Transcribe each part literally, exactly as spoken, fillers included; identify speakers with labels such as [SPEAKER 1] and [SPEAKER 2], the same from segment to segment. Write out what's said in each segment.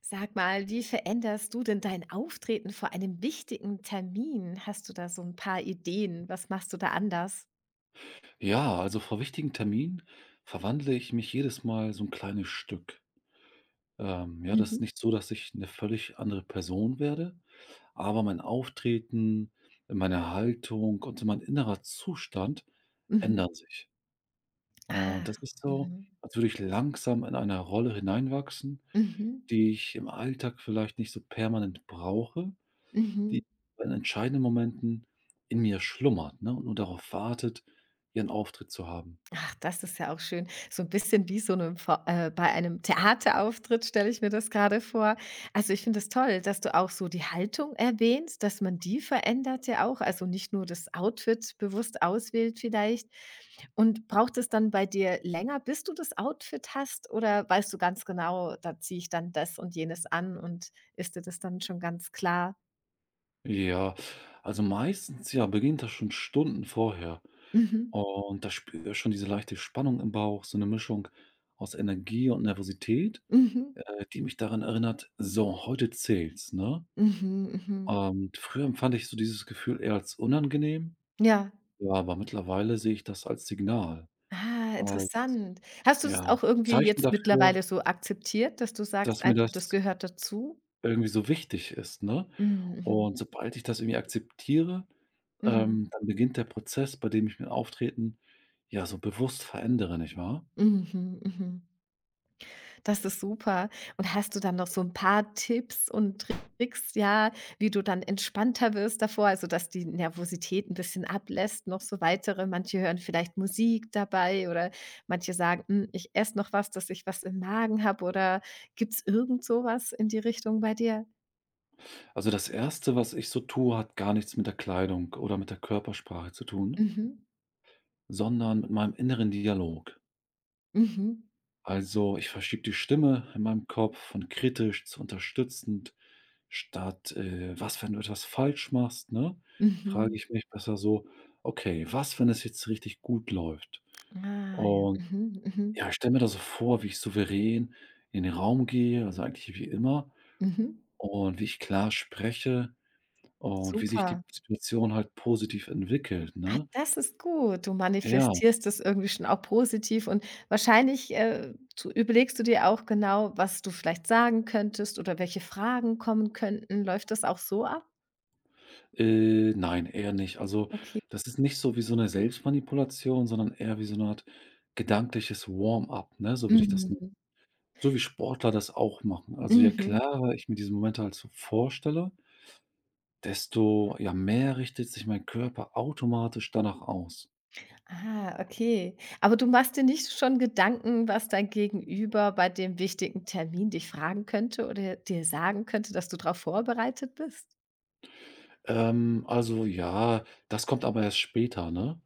[SPEAKER 1] Sag mal, wie veränderst du denn dein Auftreten vor einem wichtigen Termin? Hast du da so ein paar Ideen? Was machst du da anders?
[SPEAKER 2] Ja, also vor wichtigen Terminen verwandle ich mich jedes Mal so ein kleines Stück. Ähm, ja, das ist
[SPEAKER 1] Mhm.
[SPEAKER 2] nicht so, dass ich eine völlig andere Person werde, aber mein Auftreten, meine Haltung und so mein innerer Zustand
[SPEAKER 1] Mhm.
[SPEAKER 2] ändern sich. Und
[SPEAKER 1] Ah,
[SPEAKER 2] das ist so,
[SPEAKER 1] mhm.
[SPEAKER 2] als würde ich langsam in eine Rolle hineinwachsen,
[SPEAKER 1] Mhm.
[SPEAKER 2] die ich im Alltag vielleicht nicht so permanent brauche, die
[SPEAKER 1] Mhm.
[SPEAKER 2] in entscheidenden Momenten in mir schlummert, ne, und nur darauf wartet, ihren Auftritt zu haben.
[SPEAKER 1] Ach, das ist ja auch schön. So ein bisschen wie so 'ne Vor äh, bei einem Theaterauftritt stelle ich mir das gerade vor. Also, ich finde es toll, dass du auch so die Haltung erwähnst, dass man die verändert ja auch, also, nicht nur das Outfit bewusst auswählt vielleicht. Und braucht es dann bei dir länger, bis du das Outfit hast oder weißt du ganz genau: „Da ziehe ich dann das und jenes an“ und ist dir das dann schon ganz klar?
[SPEAKER 2] Ja, also meistens, ja, beginnt das schon Stunden vorher.
[SPEAKER 1] Mhm,
[SPEAKER 2] Und da spüre ich schon diese leichte Spannung im Bauch, so eine Mischung aus Energie und Nervosität,
[SPEAKER 1] mhm, mhm,
[SPEAKER 2] äh, die mich daran erinnert: „So, heute zählt's", ne?
[SPEAKER 1] mhm. Mhm.
[SPEAKER 2] Und früher empfand ich so dieses Gefühl eher als unangenehm,
[SPEAKER 1] Ja.
[SPEAKER 2] ja, aber mittlerweile sehe ich das als Signal,
[SPEAKER 1] Ah,
[SPEAKER 2] als,
[SPEAKER 1] interessant. Hast du das
[SPEAKER 2] ja,
[SPEAKER 1] auch irgendwie
[SPEAKER 2] Zeichen
[SPEAKER 1] jetzt
[SPEAKER 2] dafür,
[SPEAKER 1] mittlerweile so akzeptiert, dass du sagst
[SPEAKER 2] dass mir
[SPEAKER 1] einfach, das
[SPEAKER 2] das
[SPEAKER 1] gehört dazu?
[SPEAKER 2] irgendwie so wichtig ist, ne?
[SPEAKER 1] Mhm, mhm,
[SPEAKER 2] Und sobald ich das irgendwie akzeptiere,
[SPEAKER 1] mhm,
[SPEAKER 2] ähm, dann beginnt der Prozess, bei dem ich mein Auftreten, ja, so bewusst verändere, nicht wahr?
[SPEAKER 1] mhm, mhm. Mhm. Das ist super. Und hast du dann noch so ein paar Tipps und Tricks, ja, wie du dann entspannter wirst davor, also, dass die Nervosität ein bisschen ablässt, noch so weitere manche hören vielleicht Musik dabei oder manche sagen: „Hm, ich esse noch was, dass ich was im Magen habe.“ oder gibt's irgend so was in die Richtung bei dir?
[SPEAKER 2] Also, das erste, was ich so tue, hat gar nichts mit der Kleidung oder mit der Körpersprache zu tun,
[SPEAKER 1] Mhm,
[SPEAKER 2] sondern mit meinem inneren Dialog.
[SPEAKER 1] mhm.
[SPEAKER 2] Also, ich verschiebe die Stimme in meinem Kopf von kritisch zu unterstützend, statt, äh: „Was, wenn du etwas falsch machst", ne? Frage
[SPEAKER 1] Mhm.
[SPEAKER 2] ich mich besser so: „Okay, was, wenn es jetzt richtig gut läuft?"
[SPEAKER 1] Ah, ja.
[SPEAKER 2] Und
[SPEAKER 1] Mhm, mhm,
[SPEAKER 2] ja, ich stelle mir das so vor, wie ich souverän in den Raum gehe, also eigentlich wie immer
[SPEAKER 1] mhm.
[SPEAKER 2] und wie ich klar spreche und wie sich die
[SPEAKER 1] Super.
[SPEAKER 2] Situation halt positiv entwickelt,
[SPEAKER 1] Ah,
[SPEAKER 2] ne?
[SPEAKER 1] das ist gut. Du
[SPEAKER 2] Ja,
[SPEAKER 1] manifestierst das irgendwie schon auch positiv und wahrscheinlich, äh, du überlegst du dir auch genau, was du vielleicht sagen könntest oder welche Fragen kommen könnten. Läuft das auch so ab?
[SPEAKER 2] äh, nein, eher nicht. Also,
[SPEAKER 1] Okay.
[SPEAKER 2] das ist nicht so wie so eine Selbstmanipulation, sondern eher wie so eine Art gedankliches Warm-up, ne? So würde ich das nennen.
[SPEAKER 1] Mhm,
[SPEAKER 2] So wie Sportler das auch machen. Also, je
[SPEAKER 1] mhm.
[SPEAKER 2] klarer ich mir diese Momente halt so vorstelle, desto, ja, mehr richtet sich mein Körper automatisch danach aus.
[SPEAKER 1] Ah, okay. Aber du machst dir nicht schon Gedanken, was dein Gegenüber bei dem wichtigen Termin dich fragen könnte oder dir sagen könnte, dass du darauf vorbereitet bist?
[SPEAKER 2] Ähm, also ja, das kommt aber erst später, ne?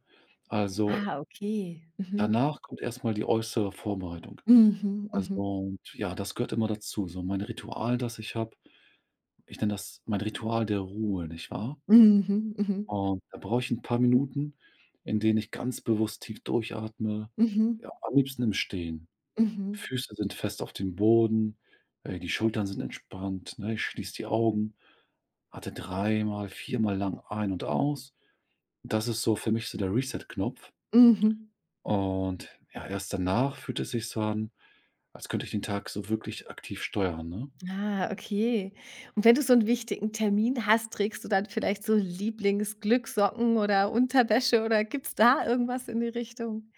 [SPEAKER 2] Also,
[SPEAKER 1] Ah, okay. Mhm.
[SPEAKER 2] danach kommt erstmal die äußere Vorbereitung.
[SPEAKER 1] Mhm,
[SPEAKER 2] Also
[SPEAKER 1] mhm.
[SPEAKER 2] und ja, das gehört immer dazu, so mein Ritual, das ich habe. Ich nenne das mein Ritual der Ruhe, nicht wahr?
[SPEAKER 1] Mhm, mhm.
[SPEAKER 2] Und da brauche ich ein paar Minuten, in denen ich ganz bewusst tief durchatme,
[SPEAKER 1] Mhm,
[SPEAKER 2] ja, am liebsten im Stehen.
[SPEAKER 1] mhm.
[SPEAKER 2] Füße sind fest auf dem Boden, äh, die Schultern sind entspannt, ne? Ich schließe die Augen, atme dreimal, viermal lang ein und aus. Das ist so für mich so der Reset-Knopf
[SPEAKER 1] Mhm.
[SPEAKER 2] und ja, erst danach fühlt es sich so an, als könnte ich den Tag so wirklich aktiv steuern, ne?
[SPEAKER 1] Ah, okay. Und wenn du so 'n wichtigen Termin hast, trägst du dann vielleicht so Lieblingsglücksocken oder Unterwäsche oder gibt's da irgendwas in die Richtung?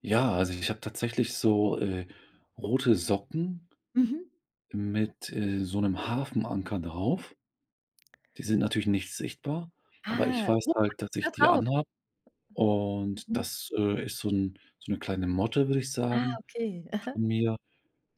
[SPEAKER 2] Ja, also ich habe tatsächlich so, äh, rote Socken
[SPEAKER 1] Mhm.
[SPEAKER 2] mit, äh, so einem Hafenanker drauf. Die sind natürlich nicht sichtbar, aber ich
[SPEAKER 1] Ah,
[SPEAKER 2] weiß
[SPEAKER 1] oh, was
[SPEAKER 2] halt, dass
[SPEAKER 1] ist da
[SPEAKER 2] ich die
[SPEAKER 1] drauf?
[SPEAKER 2] anhabe und
[SPEAKER 1] Mhm.
[SPEAKER 2] das, äh, ist so 'n so 'ne kleine Motte, würde ich
[SPEAKER 1] Ah,
[SPEAKER 2] sagen,
[SPEAKER 1] okay. Aha.
[SPEAKER 2] von mir,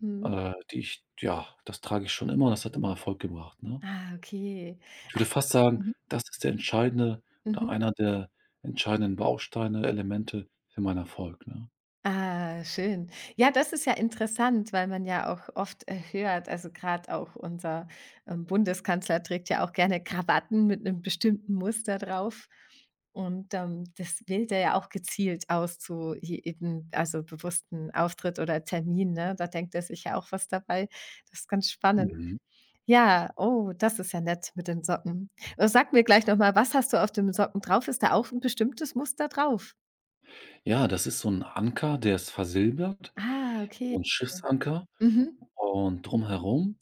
[SPEAKER 1] Mhm.
[SPEAKER 2] äh, die ich ja, das trage ich schon immer und das hat immer Erfolg gebracht, ne?
[SPEAKER 1] Ah, okay.
[SPEAKER 2] Ich
[SPEAKER 1] Ach,
[SPEAKER 2] würde fast sagen,
[SPEAKER 1] mhm,
[SPEAKER 2] das ist der entscheidende
[SPEAKER 1] mhm.
[SPEAKER 2] oder einer der entscheidenden Bausteine, Elemente für meinen Erfolg, ne?
[SPEAKER 1] Ah, schön. Ja, das ist ja interessant, weil man ja auch oft äh, hört, also gerade auch unser ähm, Bundeskanzler trägt ja auch gerne Krawatten mit einem bestimmten Muster drauf. Und ähm, das wählt er ja auch gezielt aus zu jedem, also bewussten Auftritt oder Termin. Ne? Da denkt er sich ja auch was dabei. Das ist ganz spannend.
[SPEAKER 2] Mhm.
[SPEAKER 1] Ja, oh, das ist ja nett mit den Socken. Äh, Sag mir gleich nochmal, was hast du auf dem Socken drauf? Ist da auch ein bestimmtes Muster drauf?
[SPEAKER 2] Ja, das ist so 'n Anker, der ist versilbert,
[SPEAKER 1] Ah, okay.
[SPEAKER 2] so 'n Schiffsanker
[SPEAKER 1] Mhm.
[SPEAKER 2] und drumherum,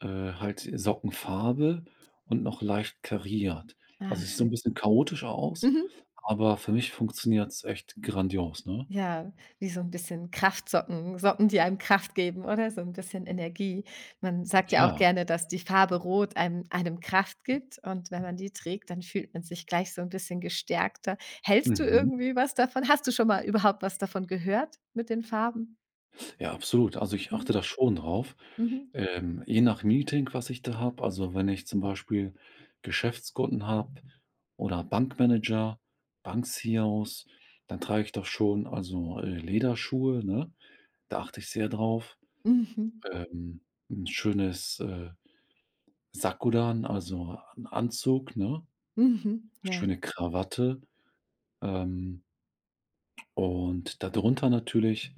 [SPEAKER 2] äh, halt Sockenfarbe und noch leicht kariert.
[SPEAKER 1] Ah,
[SPEAKER 2] Also, sieht so
[SPEAKER 1] schön.
[SPEAKER 2] 'n bisschen chaotisch aus,
[SPEAKER 1] Mhm.
[SPEAKER 2] aber für mich funktioniert's echt grandios, ne?
[SPEAKER 1] Ja, wie so ein bisschen Kraftsocken, Socken, die einem Kraft geben, oder? So ein bisschen Energie. Man sagt ja auch
[SPEAKER 2] Ja.
[SPEAKER 1] gerne, dass die Farbe Rot einem einem Kraft gibt und wenn man die trägt, dann fühlt man sich gleich so ein bisschen gestärkter. Hältst du
[SPEAKER 2] Mhm.
[SPEAKER 1] irgendwie was davon? Hast du schon mal überhaupt was davon gehört mit den Farben?
[SPEAKER 2] Ja, absolut. Also, ich achte
[SPEAKER 1] Mhm.
[SPEAKER 2] da schon drauf.
[SPEAKER 1] Mhm.
[SPEAKER 2] Ähm, je nach Meeting, was ich da habe, also wenn ich zum Beispiel Geschäftskunden habe oder Bankmanager, Bank-C E Os, dann trage ich doch schon also äh, Lederschuhe, ne? Da achte ich sehr drauf.
[SPEAKER 1] Mhm.
[SPEAKER 2] Ähm, ein schönes äh, Sakudan, also ein Anzug, ne?
[SPEAKER 1] Mhm. Ja.
[SPEAKER 2] Schöne Krawatte. Ähm, und darunter natürlich,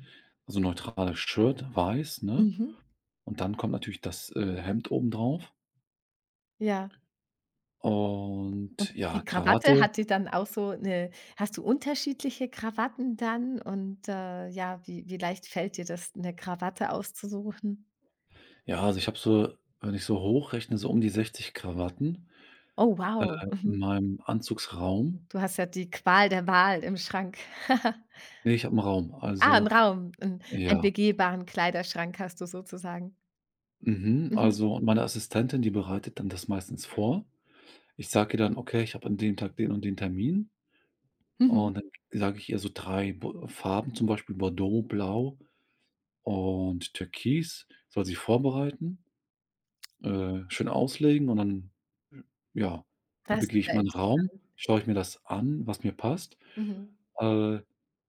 [SPEAKER 2] so neutrales Shirt, weiß, ne?
[SPEAKER 1] Mhm.
[SPEAKER 2] Und dann kommt natürlich das äh, Hemd obendrauf.
[SPEAKER 1] Ja.
[SPEAKER 2] Und
[SPEAKER 1] Und
[SPEAKER 2] ja,
[SPEAKER 1] die Krawatte,
[SPEAKER 2] Krawatte,
[SPEAKER 1] hat die dann auch so 'ne hast du unterschiedliche Krawatten dann und, äh, ja, wie wie leicht fällt dir das, 'ne Krawatte auszusuchen?
[SPEAKER 2] ja, also ich habe so wenn ich so hochrechne, so um die sechzig Krawatten,
[SPEAKER 1] Oh
[SPEAKER 2] äh,
[SPEAKER 1] wow, mhm.
[SPEAKER 2] in meinem Anzugsraum.
[SPEAKER 1] Du hast ja die Qual der Wahl im Schrank.
[SPEAKER 2] Ne, ich habe einen Raum,
[SPEAKER 1] Ah, 'n
[SPEAKER 2] also
[SPEAKER 1] Raum, 'n einen
[SPEAKER 2] ja.
[SPEAKER 1] begehbaren Kleiderschrank hast du sozusagen.
[SPEAKER 2] Mhm,
[SPEAKER 1] Mhm,
[SPEAKER 2] also und meine Assistentin, die bereitet dann das meistens vor. Ich sage ihr dann: „Okay, ich habe an dem Tag den und den Termin."
[SPEAKER 1] mhm.
[SPEAKER 2] Und dann sage ich ihr so drei Bo Farben, zum Beispiel Bordeaux, Blau und Türkis, soll sie vorbereiten. Äh, schön auslegen und dann, äh, ja,
[SPEAKER 1] Das ist
[SPEAKER 2] begehe ich
[SPEAKER 1] ja
[SPEAKER 2] meinen Raum,
[SPEAKER 1] interessant.
[SPEAKER 2] schaue ich mir das an, was mir passt.
[SPEAKER 1] Mhm,
[SPEAKER 2] Äh,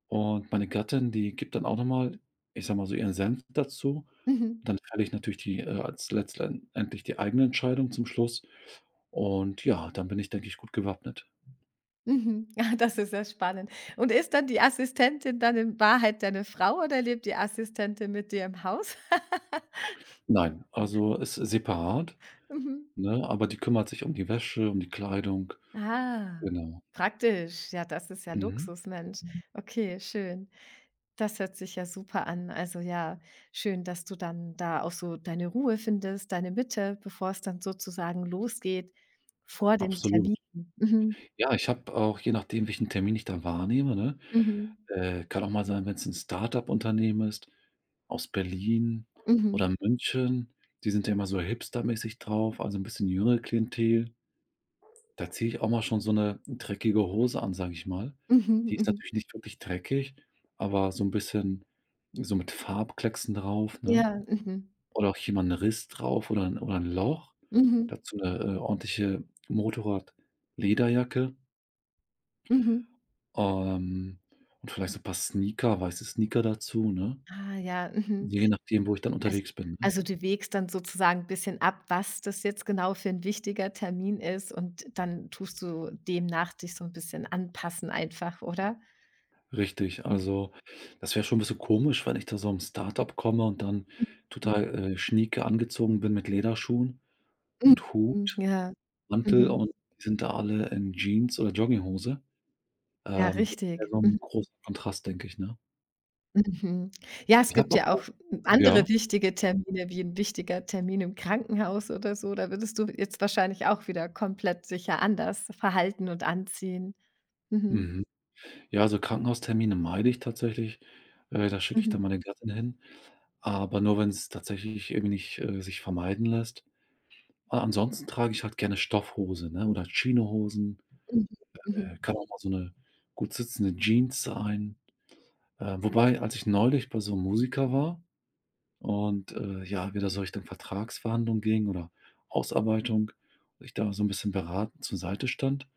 [SPEAKER 2] und meine Gattin, die gibt dann auch noch mal, ich sage mal so, ihren Senf dazu.
[SPEAKER 1] mhm,
[SPEAKER 2] Dann fälle ich natürlich die, äh, als letztendlich die eigene Entscheidung zum Schluss. Und ja, dann bin ich, denke ich, gut gewappnet.
[SPEAKER 1] mhm. Ja, das ist ja spannend. Und ist dann die Assistentin dann in Wahrheit deine Frau oder lebt die Assistentin mit dir im Haus?
[SPEAKER 2] Nein, also ist separat,
[SPEAKER 1] Mhm.
[SPEAKER 2] ne, aber die kümmert sich um die Wäsche, um die Kleidung.
[SPEAKER 1] Ah,
[SPEAKER 2] Genau.
[SPEAKER 1] praktisch. Ja, das ist ja
[SPEAKER 2] Mhm.
[SPEAKER 1] Luxus, Mensch. Okay, schön. Das hört sich ja super an. Also ja, schön, dass du dann da auch so deine Ruhe findest, deine Mitte, bevor es dann sozusagen losgeht vor dem
[SPEAKER 2] Absolut.
[SPEAKER 1] Termin. Mhm.
[SPEAKER 2] Ja, ich habe auch, je nachdem, welchen Termin ich da wahrnehme, ne
[SPEAKER 1] Mhm.
[SPEAKER 2] Äh, kann auch mal sein, wenn's 'n Start-up-Unternehmen ist aus Berlin
[SPEAKER 1] Mhm.
[SPEAKER 2] oder München. Die sind ja immer so hipstermäßig drauf, also 'n bisschen jüngere Klientel. Da ziehe ich auch mal schon so 'ne dreckige Hose an, sage ich mal.
[SPEAKER 1] Mhm.
[SPEAKER 2] Die ist
[SPEAKER 1] Mhm.
[SPEAKER 2] natürlich nicht wirklich dreckig, aber so 'n bisschen so mit Farbklecksen drauf, ne?
[SPEAKER 1] Ja. Mhm.
[SPEAKER 2] Oder auch hier mal 'n Riss drauf oder 'n oder 'n Loch.
[SPEAKER 1] Mhm.
[SPEAKER 2] Dazu 'ne, äh, ordentliche Motorrad-Lederjacke,
[SPEAKER 1] Mhm.
[SPEAKER 2] ähm, und vielleicht so 'n paar Sneaker, weiße Sneaker dazu, ne?
[SPEAKER 1] Ah ja. Mhm.
[SPEAKER 2] Je nachdem, wo ich dann
[SPEAKER 1] Also
[SPEAKER 2] unterwegs bin, ne?
[SPEAKER 1] also du wägst dann sozusagen ein bisschen ab, was das jetzt genau für ein wichtiger Termin ist und dann tust du demnach dich so ein bisschen anpassen einfach, oder?
[SPEAKER 2] Richtig. Also, das wäre schon 'n bisschen komisch, wenn ich da so im Start-up komme und dann
[SPEAKER 1] Mhm.
[SPEAKER 2] total, äh, schnieke angezogen bin mit Lederschuhen und
[SPEAKER 1] Mhm.
[SPEAKER 2] Hut,
[SPEAKER 1] Ja.
[SPEAKER 2] Mantel
[SPEAKER 1] Mhm.
[SPEAKER 2] und die sind da alle in Jeans oder Jogginghose.
[SPEAKER 1] Ja,
[SPEAKER 2] Ähm, das wäre
[SPEAKER 1] richtig.
[SPEAKER 2] so
[SPEAKER 1] Mhm.
[SPEAKER 2] 'n großer Kontrast, denke ich, ne?
[SPEAKER 1] Mhm. Ja, es
[SPEAKER 2] Ich
[SPEAKER 1] gibt
[SPEAKER 2] habe
[SPEAKER 1] ja auch
[SPEAKER 2] auch ja,
[SPEAKER 1] andere wichtige Termine wie ein wichtiger Termin im Krankenhaus oder so. Da würdest du jetzt wahrscheinlich auch wieder komplett sicher anders verhalten und anziehen. Mhm.
[SPEAKER 2] mhm. Ja, also, Krankenhaustermine meide ich tatsächlich. Äh, da schicke ich dann
[SPEAKER 1] Mhm.
[SPEAKER 2] meine Gattin hin, aber nur, wenn's tatsächlich irgendwie nicht, äh, sich vermeiden lässt. Aber ansonsten trage ich halt gerne Stoffhose, ne, oder Chinohosen,
[SPEAKER 1] Mhm.
[SPEAKER 2] äh,
[SPEAKER 1] Mhm.
[SPEAKER 2] kann auch mal so 'ne gut sitzende Jeans sein. Äh, wobei, als ich neulich bei so 'nem Musiker war und, äh, ja, wir da so Richtung Vertragsverhandlung gingen oder Ausarbeitung, ich da so 'n bisschen beratend zur Seite stand.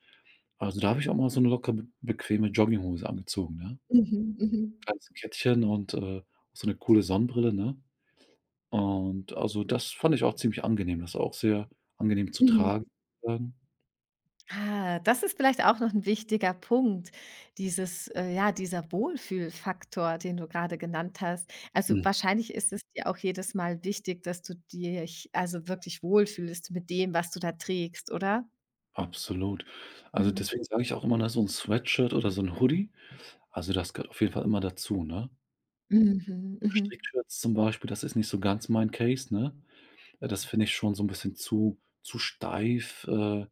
[SPEAKER 2] Also, da habe ich auch mal so 'ne locker be bequeme Jogginghose angezogen, ne?
[SPEAKER 1] Mhm. Mhm.
[SPEAKER 2] Kleines Kettchen und, äh, so 'ne coole Sonnenbrille, ne? Und also, das fand ich auch ziemlich angenehm. Das war auch sehr angenehm zu tragen,
[SPEAKER 1] Mhm.
[SPEAKER 2] sagen.
[SPEAKER 1] Ah, das ist vielleicht auch noch ein wichtiger Punkt, dieses äh, ja, dieser Wohlfühlfaktor, den du gerade genannt hast. Also,
[SPEAKER 2] Mhm.
[SPEAKER 1] wahrscheinlich ist es dir auch jedes Mal wichtig, dass du dich also wirklich wohlfühlst mit dem, was du da trägst, oder?
[SPEAKER 2] Absolut. Also,
[SPEAKER 1] Mhm.
[SPEAKER 2] deswegen sage ich auch immer, ne, so 'n Sweatshirt oder so 'n Hoodie, also, das gehört auf jeden Fall immer dazu, ne?
[SPEAKER 1] Mhm,
[SPEAKER 2] So
[SPEAKER 1] mhm,
[SPEAKER 2] Strickshirts zum Beispiel, das ist nicht so ganz mein Case, ne? Äh, das finde ich schon so 'n bisschen zu zu steif, äh,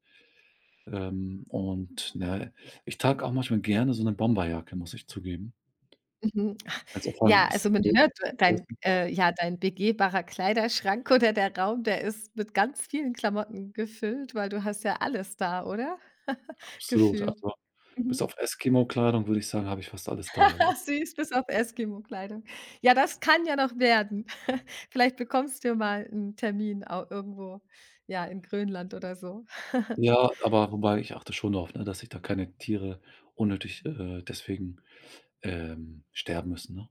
[SPEAKER 2] ähm, und, ne, ich trage auch manchmal gerne so 'ne Bomberjacke, muss ich zugeben.
[SPEAKER 1] mhm.
[SPEAKER 2] Wenn's auch vor allem 'n
[SPEAKER 1] Ja,
[SPEAKER 2] bisschen
[SPEAKER 1] also man
[SPEAKER 2] kälter
[SPEAKER 1] hört,
[SPEAKER 2] ist
[SPEAKER 1] dein
[SPEAKER 2] draußen.
[SPEAKER 1] äh, ja, dein begehbarer Kleiderschrank oder der Raum, der ist mit ganz vielen Klamotten gefüllt, weil du hast ja alles da, oder?
[SPEAKER 2] Absolut,
[SPEAKER 1] Gefühlt.
[SPEAKER 2] also, bis
[SPEAKER 1] Mhm.
[SPEAKER 2] auf Eskimo-Kleidung würde ich sagen, habe ich fast alles da, ja.
[SPEAKER 1] Ach süß, bis auf Eskimo-Kleidung. Ja, das kann ja noch werden. Vielleicht bekommst du ja mal 'n Termin au irgendwo, ja, in Grönland oder so.
[SPEAKER 2] Ja, aber wobei ich achte schon drauf, ne, dass ich da keine Tiere unnötig, äh, deswegen Ähm, sterben müssen, ne?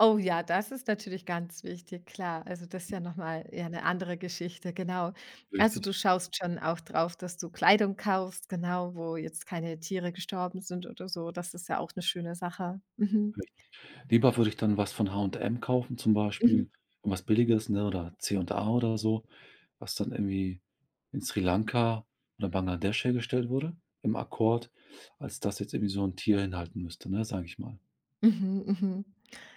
[SPEAKER 1] Oh ja, das ist natürlich ganz wichtig, klar. Also, das ist ja noch mal ja 'ne andere Geschichte, genau. Also, du
[SPEAKER 2] Richtig.
[SPEAKER 1] schaust schon auch drauf, dass du Kleidung kaufst, genau, wo jetzt keine Tiere gestorben sind oder so. Das ist ja auch 'ne schöne Sache. Mhm.
[SPEAKER 2] Richtig. Lieber würde ich dann was von H und M kaufen zum
[SPEAKER 1] Mhm.
[SPEAKER 2] Beispiel, irgendwas Billiges, ne, oder C und A oder so, was dann irgendwie in Sri Lanka oder Bangladesch hergestellt wurde im Akkord, als dass jetzt irgendwie so 'n Tier hinhalten müsste, ne, sage ich mal.
[SPEAKER 1] Mhm, mhm.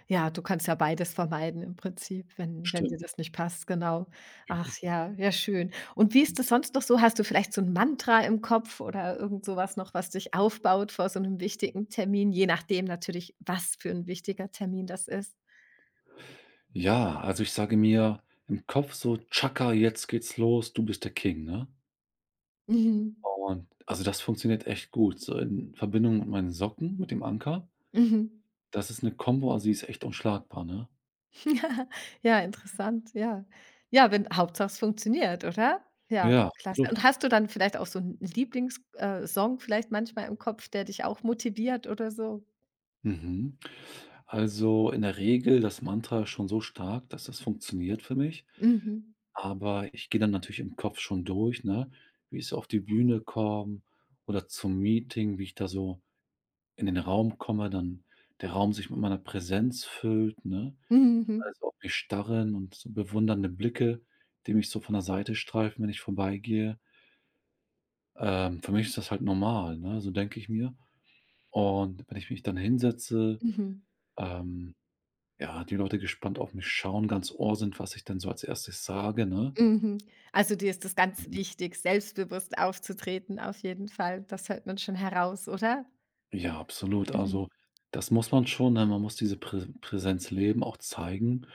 [SPEAKER 1] Ja, du kannst ja beides vermeiden im Prinzip, wenn wenn dir
[SPEAKER 2] Stimmt,
[SPEAKER 1] das nicht passt, genau. Ach
[SPEAKER 2] richtig.
[SPEAKER 1] ja, ja schön. Und wie ist das sonst noch so? Hast du vielleicht so ein Mantra im Kopf oder irgend sowas noch, was dich aufbaut vor so einem wichtigen Termin, je nachdem natürlich, was für ein wichtiger Termin das ist?
[SPEAKER 2] Ja, also ich sage mir im Kopf so: Chaka, jetzt geht's los, du bist der King", ne?
[SPEAKER 1] Mhm,
[SPEAKER 2] Und also das funktioniert echt gut, so in Verbindung mit meinen Socken, mit dem Anker.
[SPEAKER 1] mhm.
[SPEAKER 2] Das ist 'ne Kombo, also die ist echt unschlagbar, ne?
[SPEAKER 1] Ja, ja, interessant, ja. Ja, wenn Hauptsache es funktioniert, oder? Ja,
[SPEAKER 2] Ja,
[SPEAKER 1] klasse.
[SPEAKER 2] absolut.
[SPEAKER 1] Und hast du dann vielleicht auch so 'n Lieblingssong vielleicht manchmal im Kopf, der dich auch motiviert oder so?
[SPEAKER 2] Mhm. Also, in der Regel das Mantra schon so stark, dass das funktioniert für mich,
[SPEAKER 1] Mhm.
[SPEAKER 2] aber ich gehe dann natürlich im Kopf schon durch, ne, wie ich so auf die Bühne komme oder zum Meeting, wie ich da so in den Raum komme, dann der Raum sich mit meiner Präsenz füllt, ne?
[SPEAKER 1] Mhm, mhm,
[SPEAKER 2] Also, auf mich starren und so bewundernde Blicke, die mich so von der Seite streifen, wenn ich vorbeigehe. Ähm, für mich ist das halt normal, ne, so denke ich mir. Und wenn ich mich dann hinsetze,
[SPEAKER 1] mhm,
[SPEAKER 2] ähm, ja, die Leute gespannt auf mich schauen, ganz Ohr sind, was ich denn so als Erstes sage, ne?
[SPEAKER 1] mhm. Also, dir ist das ganz
[SPEAKER 2] Mhm.
[SPEAKER 1] wichtig, selbstbewusst aufzutreten auf jeden Fall. Das hört man schon heraus, oder?
[SPEAKER 2] Ja, absolut.
[SPEAKER 1] Mhm.
[SPEAKER 2] Also, das muss man schon, ne? Man muss diese Prä Präsenz leben, auch zeigen,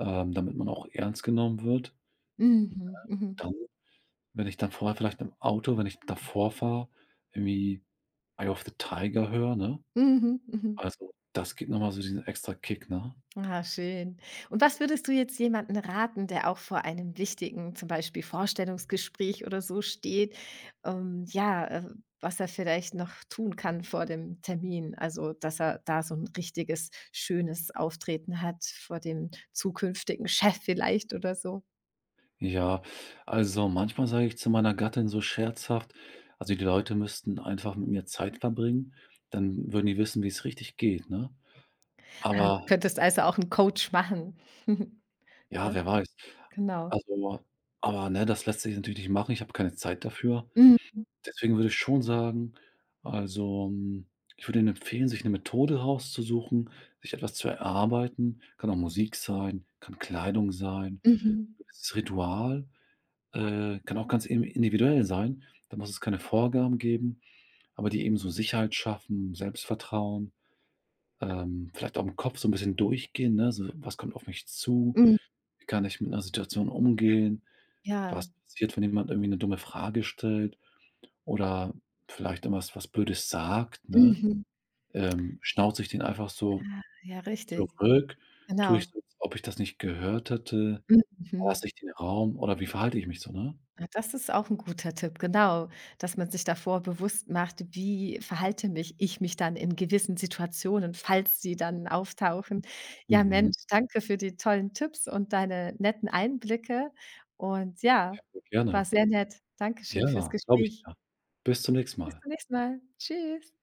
[SPEAKER 2] ähm, damit man auch ernst genommen wird.
[SPEAKER 1] Mhm, mhm,
[SPEAKER 2] Dann, wenn ich dann vorher vielleicht im Auto, wenn ich davor fahre, irgendwie „Eye of the Tiger" höre, ne?
[SPEAKER 1] mhm, mhm.
[SPEAKER 2] Also, das gibt nochmal so diesen extra Kick, ne?
[SPEAKER 1] Ah, schön. Und was würdest du jetzt jemanden raten, der auch vor einem wichtigen, zum Beispiel Vorstellungsgespräch oder so steht? Ähm, ja, äh, was er vielleicht noch tun kann vor dem Termin, also dass er da so ein richtiges, schönes Auftreten hat vor dem zukünftigen Chef vielleicht oder so.
[SPEAKER 2] Ja, also manchmal sage ich zu meiner Gattin so scherzhaft, also die Leute müssten einfach mit mir Zeit verbringen, dann würden die wissen, wie es richtig geht, ne?
[SPEAKER 1] Ah, du
[SPEAKER 2] Aber
[SPEAKER 1] könntest also auch einen Coach machen.
[SPEAKER 2] ja,
[SPEAKER 1] Ne?
[SPEAKER 2] wer weiß.
[SPEAKER 1] Genau.
[SPEAKER 2] Also aber, ne, das lässt sich natürlich nicht machen. Ich habe keine Zeit dafür.
[SPEAKER 1] Mhm,
[SPEAKER 2] Deswegen würde ich schon sagen, also, hm, ich würde Ihnen empfehlen, sich eine Methode rauszusuchen, sich etwas zu erarbeiten. Kann auch Musik sein, kann Kleidung sein,
[SPEAKER 1] mhm,
[SPEAKER 2] gewisses Ritual. Äh, kann auch ganz im individuell sein. Da muss es keine Vorgaben geben, aber die eben so Sicherheit schaffen, Selbstvertrauen, ähm, vielleicht auch im Kopf so ein bisschen durchgehen, ne? So: „Was kommt auf mich zu?
[SPEAKER 1] mhm.
[SPEAKER 2] Wie kann ich mit einer Situation umgehen? Was
[SPEAKER 1] Ja.
[SPEAKER 2] passiert, wenn jemand irgendwie eine dumme Frage stellt oder vielleicht irgendwas was Blödes sagt", ne?
[SPEAKER 1] Mhm.
[SPEAKER 2] Ähm, schnauze ich den einfach so
[SPEAKER 1] Ah, ja, richtig.
[SPEAKER 2] zurück? Tue ich
[SPEAKER 1] Genau.
[SPEAKER 2] so, als ob ich das nicht gehört hätte?
[SPEAKER 1] Mhm.
[SPEAKER 2] Lasse ich den Raum oder wie verhalte ich mich so, ne?
[SPEAKER 1] Ah, das ist auch 'n guter Tipp, genau, dass man sich davor bewusst macht, wie verhalte mich ich mich dann in gewissen Situationen, falls sie dann auftauchen. Ja,
[SPEAKER 2] Mhm.
[SPEAKER 1] Mensch, danke für die tollen Tipps und deine netten Einblicke und ja,
[SPEAKER 2] Ja,
[SPEAKER 1] war
[SPEAKER 2] gerne.
[SPEAKER 1] sehr nett. Dankeschön fürs
[SPEAKER 2] Ja, glaube ich
[SPEAKER 1] Gespräch.
[SPEAKER 2] dir. Bis zum nächsten
[SPEAKER 1] Bis
[SPEAKER 2] Mal.
[SPEAKER 1] zum nächsten Mal. Tschüss.